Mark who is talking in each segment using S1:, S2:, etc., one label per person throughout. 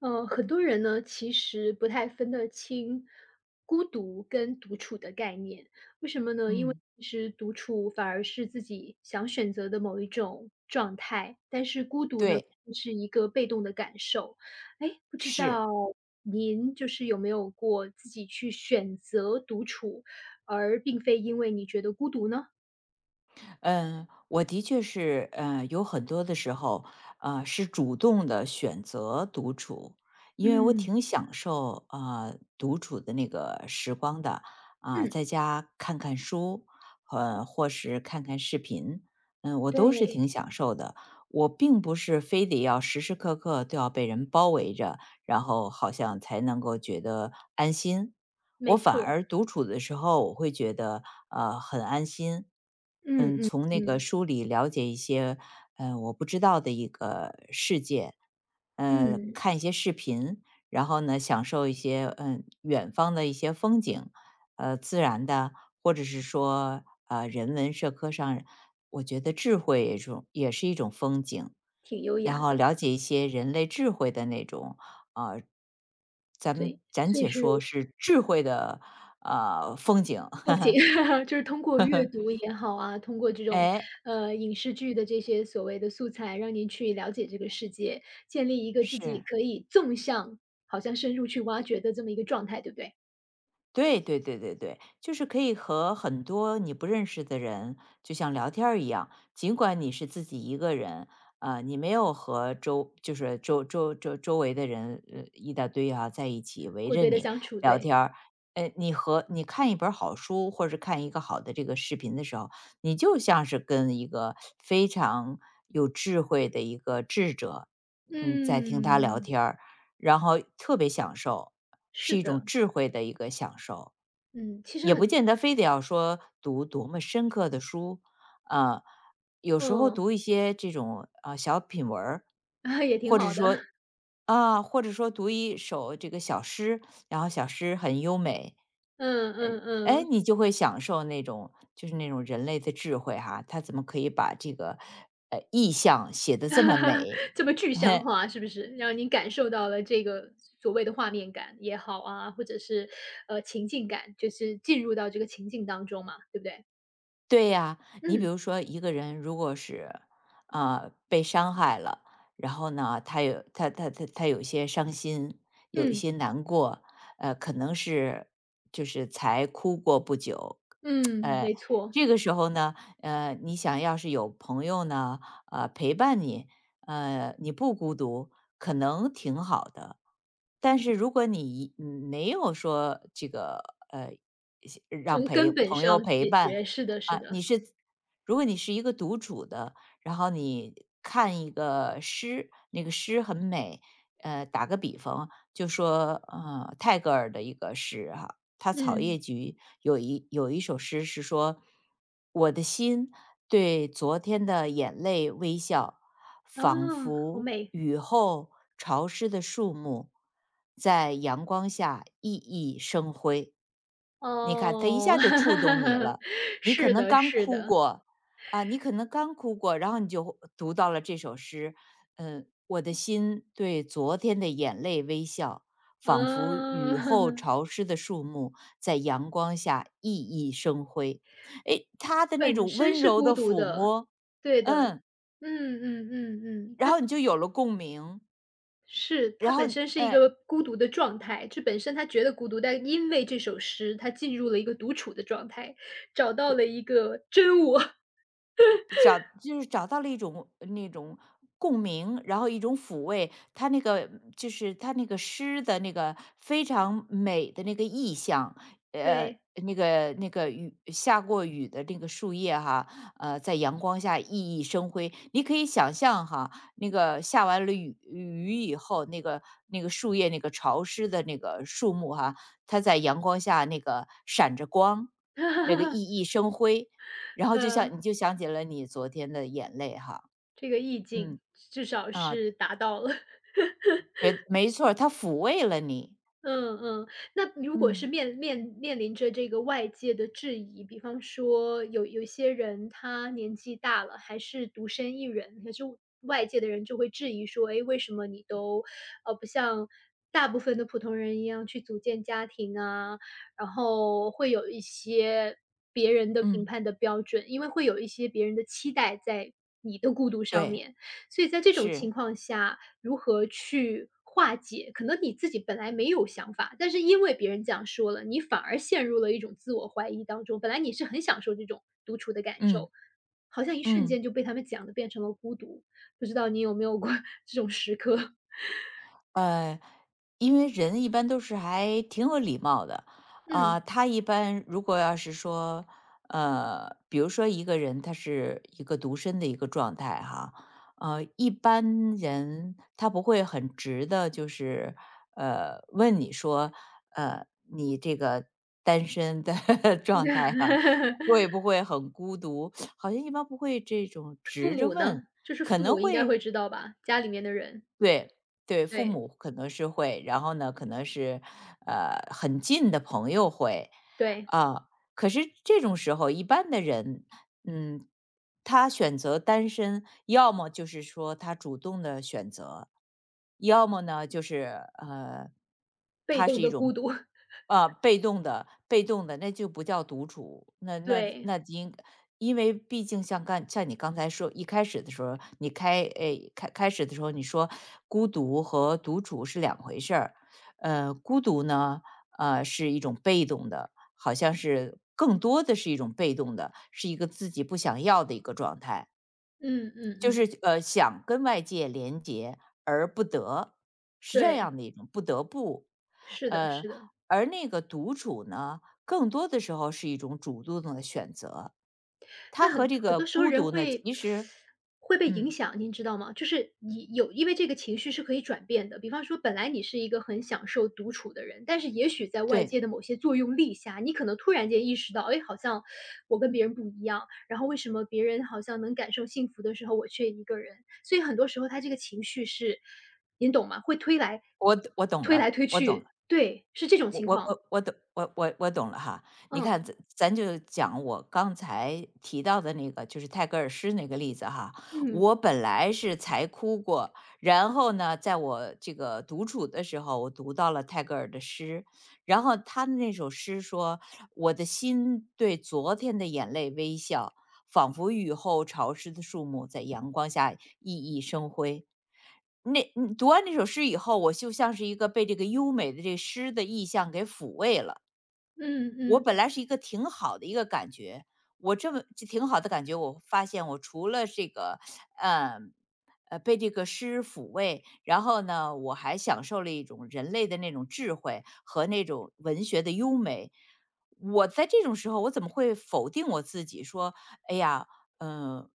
S1: 很多人呢，其实不太分得清孤独跟独处的概念。为什么呢？因为
S2: 嗯，
S1: 其实独处反而是自己想选择的某一种状态，但是孤独呢，
S2: 对。
S1: 是一个被动的感受。哎，不知
S2: 是。
S1: 道您就是有没有过自己去选择独处，而并非因为你觉得孤独呢？
S2: 嗯，我的确是，有很多的时候，是主动的选择独处。因为我
S1: 嗯
S2: 挺享受啊、独处的那个时光的啊、
S1: 嗯，
S2: 在家看看书，或是看看视频。嗯，我都是
S1: 对，
S2: 挺享受的。我并不是非得要时时刻刻都要被人包围着，然后好像才能够觉得安心。
S1: 没
S2: 我反
S1: 错。
S2: 而独处的时候，我会觉得很安心。
S1: 嗯
S2: 嗯，
S1: 嗯
S2: 从那个
S1: 嗯
S2: 书里了解一些我不知道的一个世界，
S1: 嗯，
S2: 看一些视频。然后呢，享受一些远方的一些风景，自然的，或者是说人文社科上，我觉得智慧也是一种风景。
S1: 挺优
S2: 然
S1: 雅
S2: 后
S1: 的，
S2: 了解一些人类智慧的那种，呃，咱
S1: 对，
S2: 们暂
S1: 所以
S2: 且
S1: 是
S2: 说是智慧的，风景。
S1: 不仅 就是通过阅读 也好啊，通过这种，
S2: 哎，
S1: 影视剧的这些所谓的素材，让您去了解这个世界，建立一个自己
S2: 是。
S1: 可以纵向好像深入去挖掘的这么一个状态，对不对？
S2: 对对对对对，就是可以和很多你不认识的人，就像聊天儿一样，尽管你是自己一个人，你没有和周就是周周周周围的人一大堆啊在一起围
S1: 过
S2: 着
S1: 对的
S2: 你
S1: 相处，
S2: 聊
S1: 对。
S2: 天儿。你看一本儿好书，或者是看一个好的这个视频的时候，你就像是跟一个非常有智慧的一个智者。嗯，在听他聊
S1: 嗯，
S2: 天儿，然后特别享受，是
S1: 是
S2: 一种
S1: 的，
S2: 智慧的一个享受。
S1: 嗯，其实
S2: 也不
S1: 很
S2: 见得非得要说读多么深刻的书，呃，有时候
S1: 嗯，
S2: 读一些这种小品文儿
S1: 也挺
S2: 或者
S1: 好的，
S2: 说或者说读一首这个小诗，然后小诗很优美。
S1: 嗯嗯
S2: 哎，
S1: 嗯。
S2: 你就会享受那种人类的智慧哈。他怎么可以把这个意象写得这么美？
S1: 这么具象 化是不是？让您感受到了这个所谓的画面感也好啊，或者是，情境感，就是进入到这个情境当中嘛，对不对？
S2: 对呀，你比
S1: 嗯，
S2: 如说一个人如果是，被伤害了。然后呢，他有他他他他有一些伤心，有一
S1: 嗯，
S2: 些难过，可能是就是才哭过不久。
S1: 嗯，
S2: 呃，
S1: 没错，
S2: 这个时候呢，你想要是有朋友呢，陪伴你，你不孤独，可能挺好的。但是如果你没有说这个呃
S1: 从
S2: 陪
S1: 根本
S2: 朋友
S1: 上
S2: 陪
S1: 解决，
S2: 伴
S1: 是的，是
S2: 啊，
S1: 的，
S2: 如果你是一个独处的，然后你看一个诗，那个诗很美，打个比方，就说泰戈尔的一个诗哈、他《草
S1: 嗯，
S2: 叶菊》有一首诗是说：“我的心对昨天的眼泪微笑，
S1: 啊，
S2: 仿
S1: 好
S2: 佛
S1: 美，
S2: 雨后潮湿的树木在阳光下熠熠生辉。”你看，它一
S1: 哦，
S2: 下就触动你 了。你可
S1: 是
S2: 能
S1: 的，
S2: 刚
S1: 是
S2: 哭
S1: 的，
S2: 过。啊，你可能刚哭过，然后你就读到了这首诗。嗯，“我的心对昨天的眼泪微笑，仿佛雨后
S1: 嗯，
S2: 潮湿的树木在阳光下熠熠生辉。”诶，他的那
S1: 本
S2: 种
S1: 身
S2: 温
S1: 是
S2: 柔
S1: 孤
S2: 的
S1: 独
S2: 抚
S1: 的，
S2: 摸。
S1: 对的，
S2: 嗯，
S1: 嗯嗯嗯嗯，
S2: 然
S1: 它
S2: 后你就有了共鸣。
S1: 是，他
S2: 然后
S1: 本身是一
S2: 哎，对。
S1: 个孤独的状态，这本身他觉得孤独，但因为这首诗，他进入了一个独处的状态，找到了一个真我。
S2: 找就是找到了一种那种共鸣，然后一种抚慰。他那个诗的那个非常美的那个意象，呃，
S1: 对，
S2: 那个下过雨的那个树叶哈，在阳光下熠熠生辉。你可以想象哈，那个下完了雨以后，那个树叶那个潮湿的那个树木哈，它在阳光下那个闪着光，那个熠 熠生辉。然后就
S1: 嗯，
S2: 像你就想起了你昨天的眼泪哈。
S1: 这个意境
S2: 嗯。
S1: 至少
S2: 啊，
S1: 是达到了。
S2: 没错他抚慰了你。
S1: 嗯嗯，那如果是
S2: 嗯，
S1: 面临着这个外界的质疑，比方说有些人他年纪大了，还是独身一人，可是外界的人就会质疑说，诶，为什么你都，不像大部分的普通人一样去组建家庭啊？然后会有一些别人的评
S2: 嗯，
S1: 判的标准，因为会有一些别人的期待在你的孤独上
S2: 对，
S1: 面。所以在这种
S2: 是，
S1: 情况下，如何去化解？可能你自己本来没有想法，但是因为别人这样说了，你反而陷入了一种自我怀疑当中。本来你是很享受这种独处的感
S2: 嗯，
S1: 受，好像一瞬
S2: 嗯。
S1: 间就被他们讲的变成了孤独。不知道你有没有过 这种时刻？
S2: 呃，因为人一般都是还挺有礼貌的。
S1: 嗯，
S2: 啊、他一般如果要是说，比如说一个人他是一个独身的一个状态哈，一般人他不会很直的，就是问你说，呃，你这个单身的 状态哈、会不会很孤独？好像一般不会这种
S1: 父
S2: 直着
S1: 母呢？
S2: 问。
S1: 就是
S2: 可
S1: 父
S2: 能
S1: 母应该会
S2: 会。
S1: 知道吧，家里面的人，
S2: 对，对，父
S1: 对
S2: 母可能是会，然后呢，可能是，很近的朋友会。
S1: 对，
S2: 啊，可是这种时候，一般的人。嗯，他选择单身，要么就是说他主动的选择，要么呢，就是，呃
S1: 被动的孤
S2: 种，
S1: 独，
S2: 呃，被动的，那就不叫独处，那那
S1: 对，
S2: 那应因为毕竟像你刚才说一开始的时候，你开诶开开始的时候你说孤独和独处是两回事儿。孤独呢，是一种被动的，好像是更多的是一种被动的，是一个自己不想要的一个状态。
S1: 嗯嗯
S2: 就
S1: 嗯，
S2: 是想跟外界连接而不得，是这
S1: 对，
S2: 样的一种不得不。
S1: 是的，是
S2: 呃，
S1: 的。
S2: 而那个独处呢，更多的时候是一种主动的选择。它
S1: 但
S2: 和
S1: 很
S2: 这
S1: 很
S2: 个
S1: 多时候
S2: 孤
S1: 人
S2: 独呢，
S1: 会
S2: 其实。
S1: 会被影
S2: 嗯，
S1: 响，您知道吗？就是你有因为这个情绪是可以转变的。比方说，本来你是一个很享受独处的人，但是也许在外
S2: 对，
S1: 界的某些作用力下，你可能突然间意识到，哎，好像我跟别人不一样。然后为什么别人好像能感受幸福的时候，我却一个人？所以很多时候他这个情绪是，您懂吗？会推来
S2: 我懂了，
S1: 推
S2: 我懂了。
S1: 去，对，是这种
S2: 我
S1: 情
S2: 我
S1: 况。
S2: 我我懂，我懂了哈。你
S1: 嗯
S2: 看，咱就讲我刚才提到的那个，就是泰戈尔诗那个例子哈。
S1: 嗯
S2: 我本来是才哭过，然后呢，在我这个独处的时候，我读到了泰戈尔的诗，然后他的那首诗说：“我的心对昨天的眼泪微笑，仿佛雨后潮湿的树木在阳光下熠熠生辉。”那读完那首诗以后，我就像是一个被这个优美的这诗的意象给抚慰了。
S1: 嗯
S2: 我
S1: 嗯，
S2: 本来是一个挺好的一个感觉，我这挺好的感觉，我发现我除了这个，呃，被这个诗抚慰。然后呢，我还享受了一种人类的那种智慧和那种文学的优美。我在这种时候，我怎么会否定我自己说：“哎呀，嗯、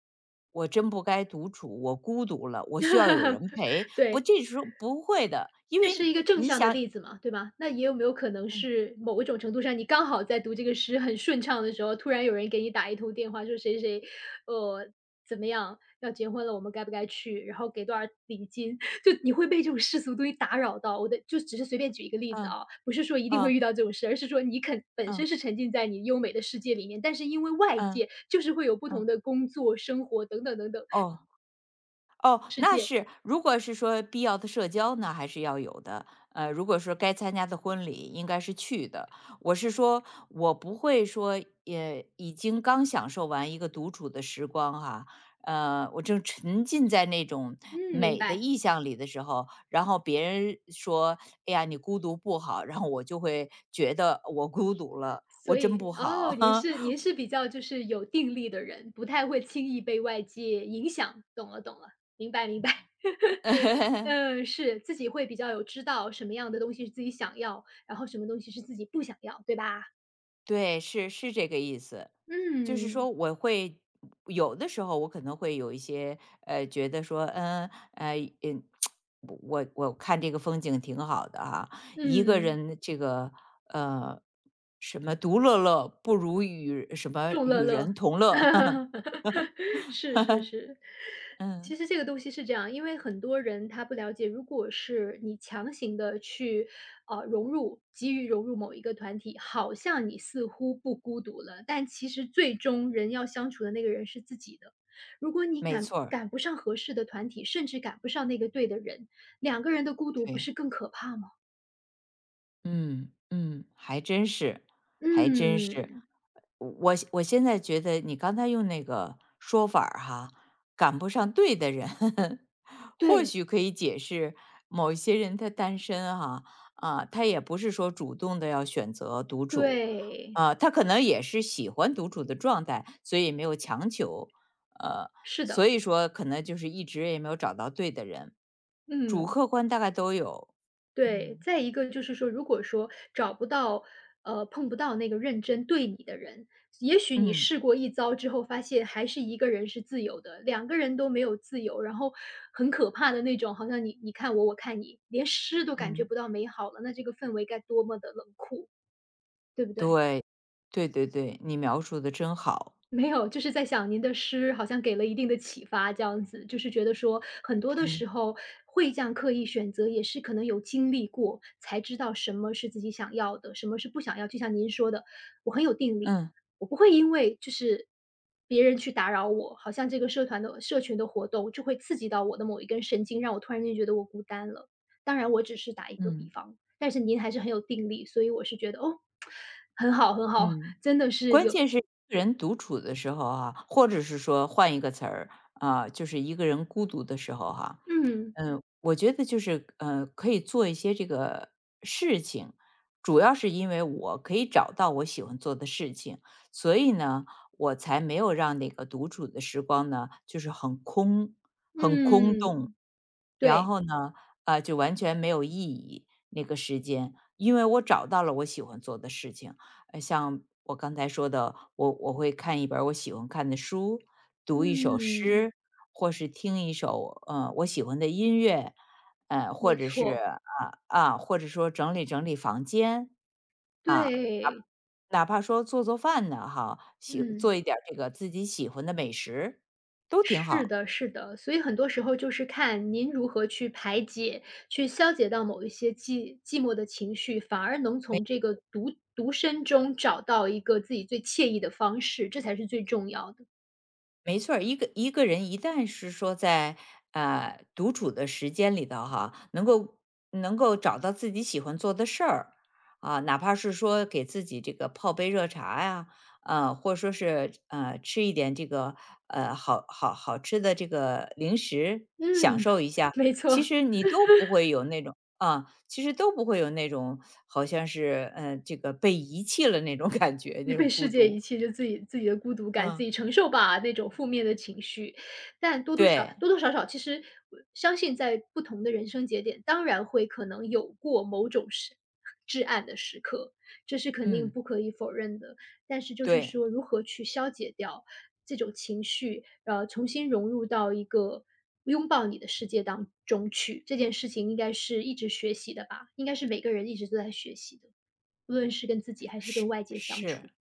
S2: 我真不该独处，我孤独了，我需要有 人陪。”不，
S1: 对。
S2: 这时候不会的，因
S1: 这是
S2: 为
S1: 一个正
S2: 你
S1: 向的
S2: 想。
S1: 例子嘛，对吧？那也有没有可能
S2: 嗯
S1: 是某一种程度上，你刚好在读这个诗很顺畅的时候，突然有人给你打一通电话，说谁谁，呃，怎么样要结婚了，我们该不该去？然后给多少礼金？就你会被这种世俗东西打扰到。我的就只是随便举一个例子
S2: 嗯
S1: 啊，不是说一定会
S2: 嗯
S1: 遇到这种事，而是说你肯本身
S2: 嗯
S1: 是沉浸在你优美的世界里面，但是因为外
S2: 嗯
S1: 界就是会有不同
S2: 嗯。
S1: 的工作、生活等等等等
S2: 哦，哦，
S1: 世
S2: 那
S1: 界。
S2: 是如果是说必要的社交呢，还是要有的。如果说该参加的婚礼，应该是去的。我是说，我不会说，也已经刚享受完一个独处的时光哈、我正沉浸在那种
S1: 嗯，明
S2: 美的
S1: 白。
S2: 意象里的时候，然后别人说，哎呀，你孤独不好，然后我就会觉得我孤独了，
S1: 所
S2: 我真
S1: 以，
S2: 不
S1: 哦，
S2: 好。
S1: 您是您 是比较就是有定力的人，不太会轻易被外界影响，懂了懂了，明白明白。
S2: 呵 呵。
S1: 嗯，是，自己会比较有知道什么样的东西是自己想要，然后什么东西是自己不想要，对吧？
S2: 对，是是这个意思。就是
S1: 嗯，
S2: 说我会有的时候我可能会有一些，觉得说。嗯。呃，嗯。我看这个风景挺好的哈，一个
S1: 嗯。
S2: 人这个，呃，什么独乐乐不如与什么
S1: 众乐
S2: 与人
S1: 乐，
S2: 同乐。
S1: 是是是。其
S2: 嗯，
S1: 实这个东西是这样，因为很多人他不了解，如果是你强行的去，融入急于融入某一个团体，好像你似乎不孤独了，但其实最终人要相处的那个人是自己的。如果你
S2: 没
S1: 赶
S2: 错儿，
S1: 赶不上合适的团体，甚至赶不上那个对的人，两个人的孤独不
S2: 对。
S1: 是更可怕吗？
S2: 嗯嗯，还真是，还真是。
S1: 嗯，
S2: 我现在觉得你刚才用那个说法儿哈，赶不上对的人，或
S1: 对，
S2: 许可以解释某一些人他单身哈。啊，他也不是说主动的要选择独处。
S1: 对，
S2: 啊，他可能也是喜欢独处的状态，所以没有强求，呃，
S1: 是的，
S2: 所以说可能就是一直也没有找到对的人，主
S1: 嗯。
S2: 客观大概都有。
S1: 对，
S2: 嗯
S1: 再一个就是说，如果说找不到，碰不到那个认真对你的人，也许你
S2: 嗯
S1: 试过一遭之后，发现还是一个人是自由的，两个人都没有自由，然后很可怕的那种，好像你你看我，我看你，连诗都感觉
S2: 嗯。
S1: 不到美好了，那这个氛围该多么的冷酷，对不对？
S2: 对，对对对，你描述的真好。
S1: 没有，就是在想您的诗好像给了一定的启发，这样子，就是觉得说很多的时候会这样刻意选择，也是可能有经历过，才知道什么是自己想要的，什么是不想要。就像您说的，我很有定力，
S2: 嗯，
S1: 我不会因为就是别人去打扰我，好像这个社团的社群的活动就会刺激到我的某一根神经，让我突然间觉得我孤单了。当然，我只是打一个比
S2: 嗯，
S1: 方，但是您还是很有定力，所以我是觉得哦，很好，很好，
S2: 嗯。
S1: 真的是
S2: 关
S1: 有，
S2: 键是一个人独处的时候啊，或者是说换一个词儿。啊，就是一个人孤独的时候哈。
S1: 嗯。
S2: 嗯，我觉得就是，可以做一些这个事情，主要是因为我可以找到我喜欢做的事情，所以呢，我才没有让那个独处的时光呢，就是很空。
S1: 嗯，
S2: 然
S1: 对，
S2: 后呢，啊，就完全没有意义，那个时间，因为我找到了我喜欢做的事情，像我刚才说的，我会看一本儿我喜欢看的书，读一首
S1: 嗯，
S2: 诗，或是听一首我喜欢的音乐，呃，或
S1: 没
S2: 者是
S1: 错，
S2: 啊啊，或者说整理整理房间。啊，
S1: 对，
S2: 哪怕说做做饭呢，哈，
S1: 嗯，
S2: 做一点儿这个自己喜欢的美食，都挺
S1: 是
S2: 好。
S1: 的，是的，所以很多时候就是看您如何去排解、去消解到某一些寂寞的情绪，反而能从这个独独身中找到一个自己最惬意的方式，这才是最重要的。
S2: 没错儿。一个人一旦是说在独处的时间里头哈，能够找到自己喜欢做的事儿。啊，哪怕是说给自己这个泡杯热茶呀，或者说是吃一点这个好好吃的这个零食，
S1: 嗯，
S2: 享 受一下。
S1: 没
S2: 其
S1: 错。
S2: 实你都不会有那种啊，其实都不会有那种好像是这个被遗弃了那种感觉，那
S1: 被
S2: 种
S1: 世
S2: 孤
S1: 界遗
S2: 独。
S1: 弃，就自己自己的孤独感自
S2: 嗯，
S1: 己承受吧，那种负面的情绪。但
S2: 对，
S1: 多多少少，其实我相信在不同的人生节点，当然会可能有过某种时至暗的时刻，这是肯定
S2: 嗯，
S1: 不可以否认的。但是就是
S2: 对。
S1: 说，如何去消解掉这种情绪，重新融入到一个拥抱你的世界当中去，这件事情应该是一直学习的吧？应该是每个人一直都在学习的，无论是跟自己还是跟
S2: 是
S1: 外界相
S2: 是
S1: 处。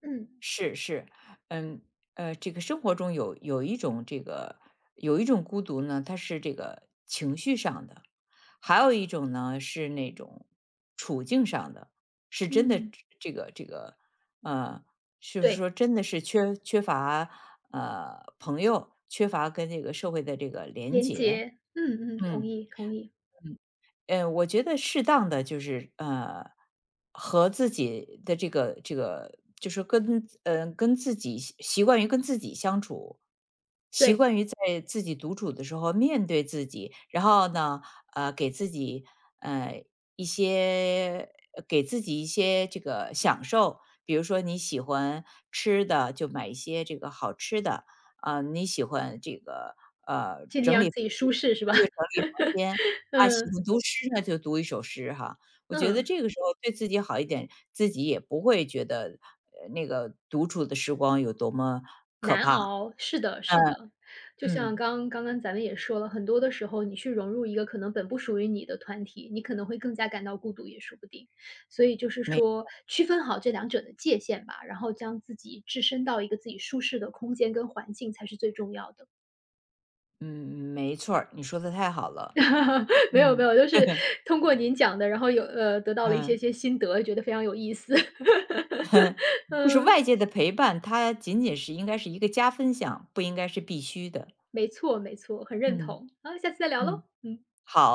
S1: 嗯。
S2: 是是。嗯这个生活中有一种孤独呢，它是这个情绪上的。还有一种呢是那种处境上的，是真的
S1: 嗯。
S2: 这个呃，就是
S1: 对，
S2: 说真的是缺乏朋友，缺乏跟这个社会的这个连
S1: 连
S2: 结。
S1: 接，嗯嗯，同
S2: 嗯。
S1: 意同意，
S2: 我觉得适当的就是，和自己的这个，就是跟自己习惯于跟自己相处，习
S1: 对，
S2: 惯于在自己独处的时候面对自己。然后呢，呃，给自己呃给自己一些这个享受，比如说你喜欢吃的，就买一些这个好吃的啊、你喜欢这个
S1: 尽
S2: 整
S1: 量让
S2: 理房
S1: 自己
S2: 间，
S1: 舒适是吧？
S2: 那就整理房间。啊，喜
S1: 嗯
S2: 欢读诗，那就读一首诗哈。我觉得
S1: 嗯，
S2: 这个时候对自己好一点，自己也不会觉得，那个独处的时光有多么可
S1: 难
S2: 怕。
S1: 熬，是的是
S2: 嗯，
S1: 的。就像
S2: 嗯，
S1: 刚刚咱们也说了，很多的时候你去融入一个可能本不属于你的团体，你可能会更加感到孤独也说不定。所以就是
S2: 没
S1: 说区分好这两者的界限吧，然后将自己置身到一个自己舒适的空间跟环境才是最重要的。
S2: 嗯，没错儿，你说的太好了。
S1: 没有没
S2: 嗯
S1: 有，就是 通过您讲的，然后得到了一些
S2: 嗯，
S1: 些心得，觉得非常有意思。
S2: 就是外界的陪伴，它仅仅是应该是一个加分项，不应该是必须的。
S1: 没错没错，很认
S2: 嗯，
S1: 同。好，下次再聊喽，
S2: 嗯，
S1: 嗯。
S2: 好。